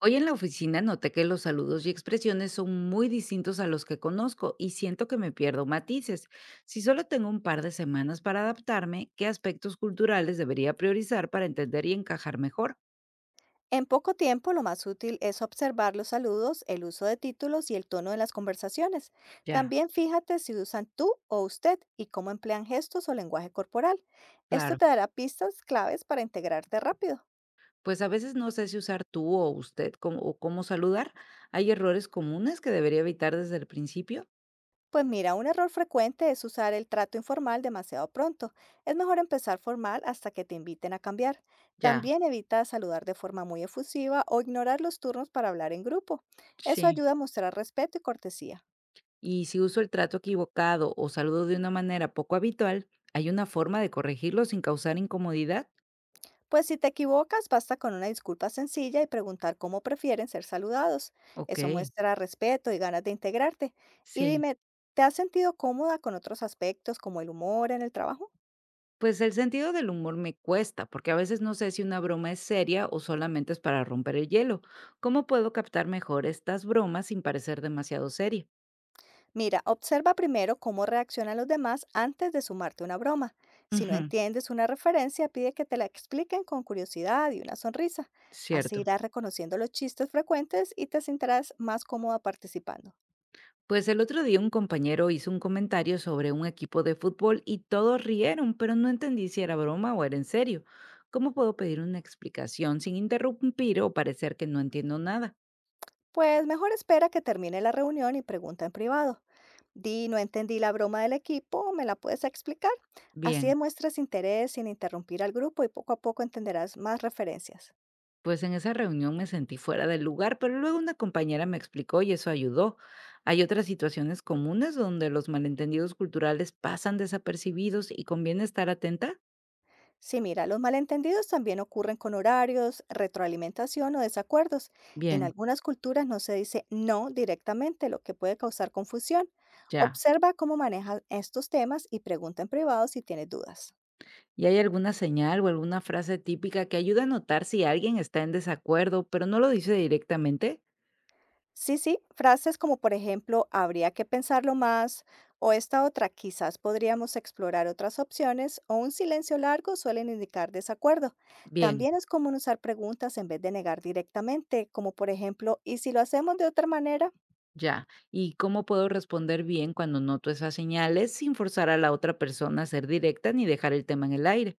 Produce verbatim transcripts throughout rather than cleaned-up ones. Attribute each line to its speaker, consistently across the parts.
Speaker 1: Hoy en la oficina noté que los saludos y expresiones son muy distintos a los que conozco y siento que me pierdo matices. Si solo tengo un par de semanas para adaptarme, ¿qué aspectos culturales debería priorizar para entender y encajar mejor?
Speaker 2: En poco tiempo, lo más útil es observar los saludos, el uso de títulos y el tono de las conversaciones.
Speaker 1: Ya.
Speaker 2: También fíjate si usan tú o usted y cómo emplean gestos o lenguaje corporal. Esto
Speaker 1: Claro,
Speaker 2: te dará pistas claves para integrarte rápido.
Speaker 1: pues a veces no sé si usar tú o usted como- o cómo saludar. ¿Hay errores comunes que debería evitar desde el principio?
Speaker 2: Pues mira, un error frecuente es usar el trato informal demasiado pronto. Es mejor empezar formal hasta que te inviten a cambiar.
Speaker 1: Ya,
Speaker 2: También evita saludar de forma muy efusiva o ignorar los turnos para hablar en grupo. Eso
Speaker 1: sí.
Speaker 2: ayuda a mostrar respeto y cortesía.
Speaker 1: Y si uso el trato equivocado o saludo de una manera poco habitual, ¿hay una forma de corregirlo sin causar incomodidad?
Speaker 2: Pues si te equivocas, basta con una disculpa sencilla y preguntar cómo prefieren ser saludados. Eso
Speaker 1: Ok.
Speaker 2: muestra respeto y ganas de integrarte. Y
Speaker 1: Sí,
Speaker 2: dime, ¿te has sentido cómoda con otros aspectos como el humor en el trabajo?
Speaker 1: pues el sentido del humor me cuesta, porque a veces no sé si una broma es seria o solamente es para romper el hielo. ¿Cómo puedo captar mejor estas bromas sin parecer demasiado seria?
Speaker 2: Mira, observa primero cómo reaccionan los demás antes de sumarte una broma. Si no
Speaker 1: Ujú,
Speaker 2: entiendes una referencia, pide que te la expliquen con curiosidad y una sonrisa. Así
Speaker 1: cierto.
Speaker 2: irás reconociendo los chistes frecuentes y te sentirás más cómoda participando.
Speaker 1: Pues el otro día un compañero hizo un comentario sobre un equipo de fútbol y todos rieron, pero no entendí si era broma o era en serio. ¿Cómo puedo pedir una explicación sin interrumpir o parecer que no entiendo nada?
Speaker 2: Pues mejor espera que termine la reunión y pregunta en privado. Di, no entendí la broma del equipo, ¿me la puedes explicar? Así
Speaker 1: Bien.
Speaker 2: demuestras interés sin interrumpir al grupo y poco a poco entenderás más referencias.
Speaker 1: Pues en esa reunión me sentí fuera del lugar, pero luego una compañera me explicó y eso ayudó. Hay otras situaciones comunes donde los malentendidos culturales pasan desapercibidos y conviene estar atenta.
Speaker 2: Sí, mira, los malentendidos también ocurren con horarios, retroalimentación o desacuerdos. En
Speaker 1: Bien,
Speaker 2: algunas culturas no se dice no directamente, lo que puede causar confusión.
Speaker 1: ya.
Speaker 2: Observa cómo manejan estos temas y pregunta en privado si tienes dudas.
Speaker 1: ¿Y hay alguna señal o alguna frase típica que ayuda a notar si alguien está en desacuerdo, pero no lo dice directamente?
Speaker 2: Sí, sí, frases como por ejemplo, habría que pensarlo más o esta otra, quizás podríamos explorar otras opciones o un silencio largo suelen indicar desacuerdo.
Speaker 1: Bien,
Speaker 2: También es común usar preguntas en vez de negar directamente, como por ejemplo, ¿y si lo hacemos de otra manera?
Speaker 1: ya. ¿Y cómo puedo responder bien cuando noto esas señales sin forzar a la otra persona a ser directa ni dejar el tema en el aire?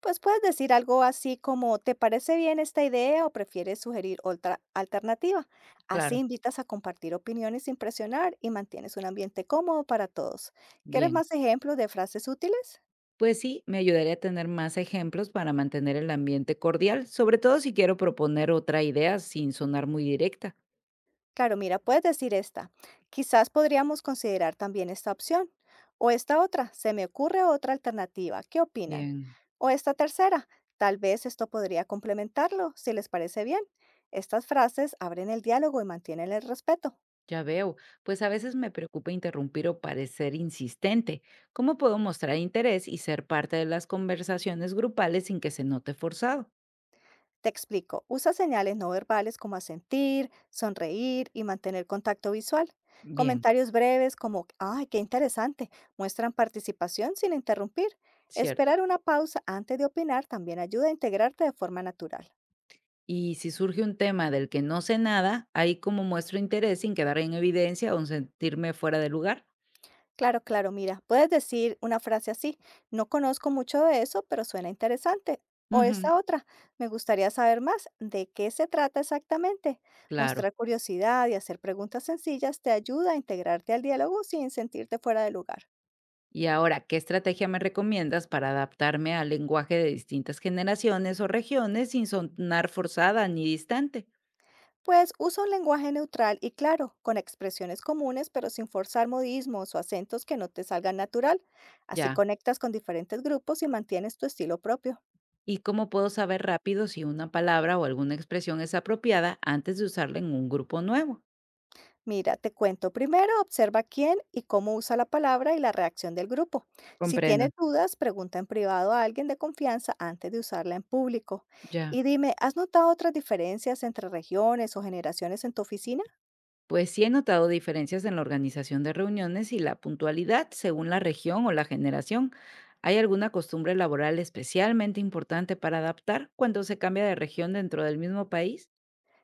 Speaker 2: Pues puedes decir algo así como, ¿te parece bien esta idea o prefieres sugerir otra alternativa? Así
Speaker 1: Claro,
Speaker 2: invitas a compartir opiniones sin presionar y mantienes un ambiente cómodo para todos. ¿Quieres
Speaker 1: bien.
Speaker 2: más ejemplos de frases útiles?
Speaker 1: Pues sí, me ayudaría a tener más ejemplos para mantener el ambiente cordial, sobre todo si quiero proponer otra idea sin sonar muy directa.
Speaker 2: Claro, mira, puedes decir esta. Quizás podríamos considerar también esta opción. O esta otra, se me ocurre otra alternativa. ¿Qué opinan?
Speaker 1: Bien,
Speaker 2: O esta tercera, tal vez esto podría complementarlo, si les parece bien. Estas frases abren el diálogo y mantienen el respeto.
Speaker 1: ya veo. Pues a veces me preocupa interrumpir o parecer insistente. ¿Cómo puedo mostrar interés y ser parte de las conversaciones grupales sin que se note forzado?
Speaker 2: Te explico, usa señales no verbales como asentir, sonreír y mantener contacto visual.
Speaker 1: Bien,
Speaker 2: Comentarios breves como, ¡ay, qué interesante! Muestran participación sin interrumpir.
Speaker 1: cierto.
Speaker 2: Esperar una pausa antes de opinar también ayuda a integrarte de forma natural.
Speaker 1: Y si surge un tema del que no sé nada, ahí como muestro interés sin quedar en evidencia o sentirme fuera de lugar.
Speaker 2: Claro, claro, mira, puedes decir una frase así, no conozco mucho de eso, pero suena interesante. O
Speaker 1: Ujú,
Speaker 2: esta otra, me gustaría saber más de qué se trata exactamente.
Speaker 1: claro.
Speaker 2: Mostrar curiosidad y hacer preguntas sencillas te ayuda a integrarte al diálogo sin sentirte fuera de lugar.
Speaker 1: Y ahora, ¿qué estrategia me recomiendas para adaptarme al lenguaje de distintas generaciones o regiones sin sonar forzada ni distante?
Speaker 2: Pues usa un lenguaje neutral y claro, con expresiones comunes, pero sin forzar modismos o acentos que no te salgan natural. Así
Speaker 1: Ya.
Speaker 2: conectas con diferentes grupos y mantienes tu estilo propio.
Speaker 1: ¿Y cómo puedo saber rápido si una palabra o alguna expresión es apropiada antes de usarla en un grupo nuevo?
Speaker 2: Mira, te cuento. Primero, observa quién y cómo usa la palabra y la reacción del grupo. Si
Speaker 1: Comprendo.
Speaker 2: tienes dudas, pregunta en privado a alguien de confianza antes de usarla en público.
Speaker 1: Ya.
Speaker 2: Y dime, ¿has notado otras diferencias entre regiones o generaciones en tu oficina?
Speaker 1: Pues sí he notado diferencias en la organización de reuniones y la puntualidad según la región o la generación. ¿Hay alguna costumbre laboral especialmente importante para adaptar cuando se cambia de región dentro del mismo país?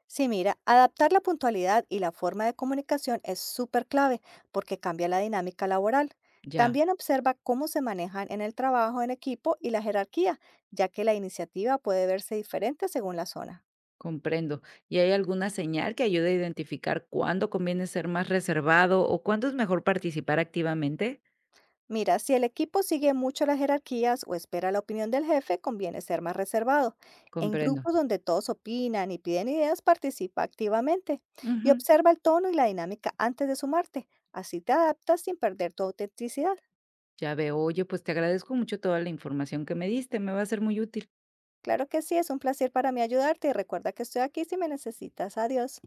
Speaker 2: Sí, mira, adaptar la puntualidad y la forma de comunicación es súper clave porque cambia la dinámica laboral.
Speaker 1: Ya.
Speaker 2: También observa cómo se manejan en el trabajo en equipo y la jerarquía, ya que la iniciativa puede verse diferente según la zona.
Speaker 1: Comprendo. ¿Y hay alguna señal que ayude a identificar cuándo conviene ser más reservado o cuándo es mejor participar activamente?
Speaker 2: Mira, si el equipo sigue mucho las jerarquías o espera la opinión del jefe, conviene ser más reservado. En
Speaker 1: Comprendo.
Speaker 2: grupos donde todos opinan y piden ideas, participa activamente y
Speaker 1: Ujú.
Speaker 2: observa el tono y la dinámica antes de sumarte. Así te adaptas sin perder tu autenticidad.
Speaker 1: Ya veo. Oye, pues te agradezco mucho toda la información que me diste. Me va a ser muy útil.
Speaker 2: Claro que sí, es un placer para mí ayudarte y recuerda que estoy aquí si me necesitas. Adiós.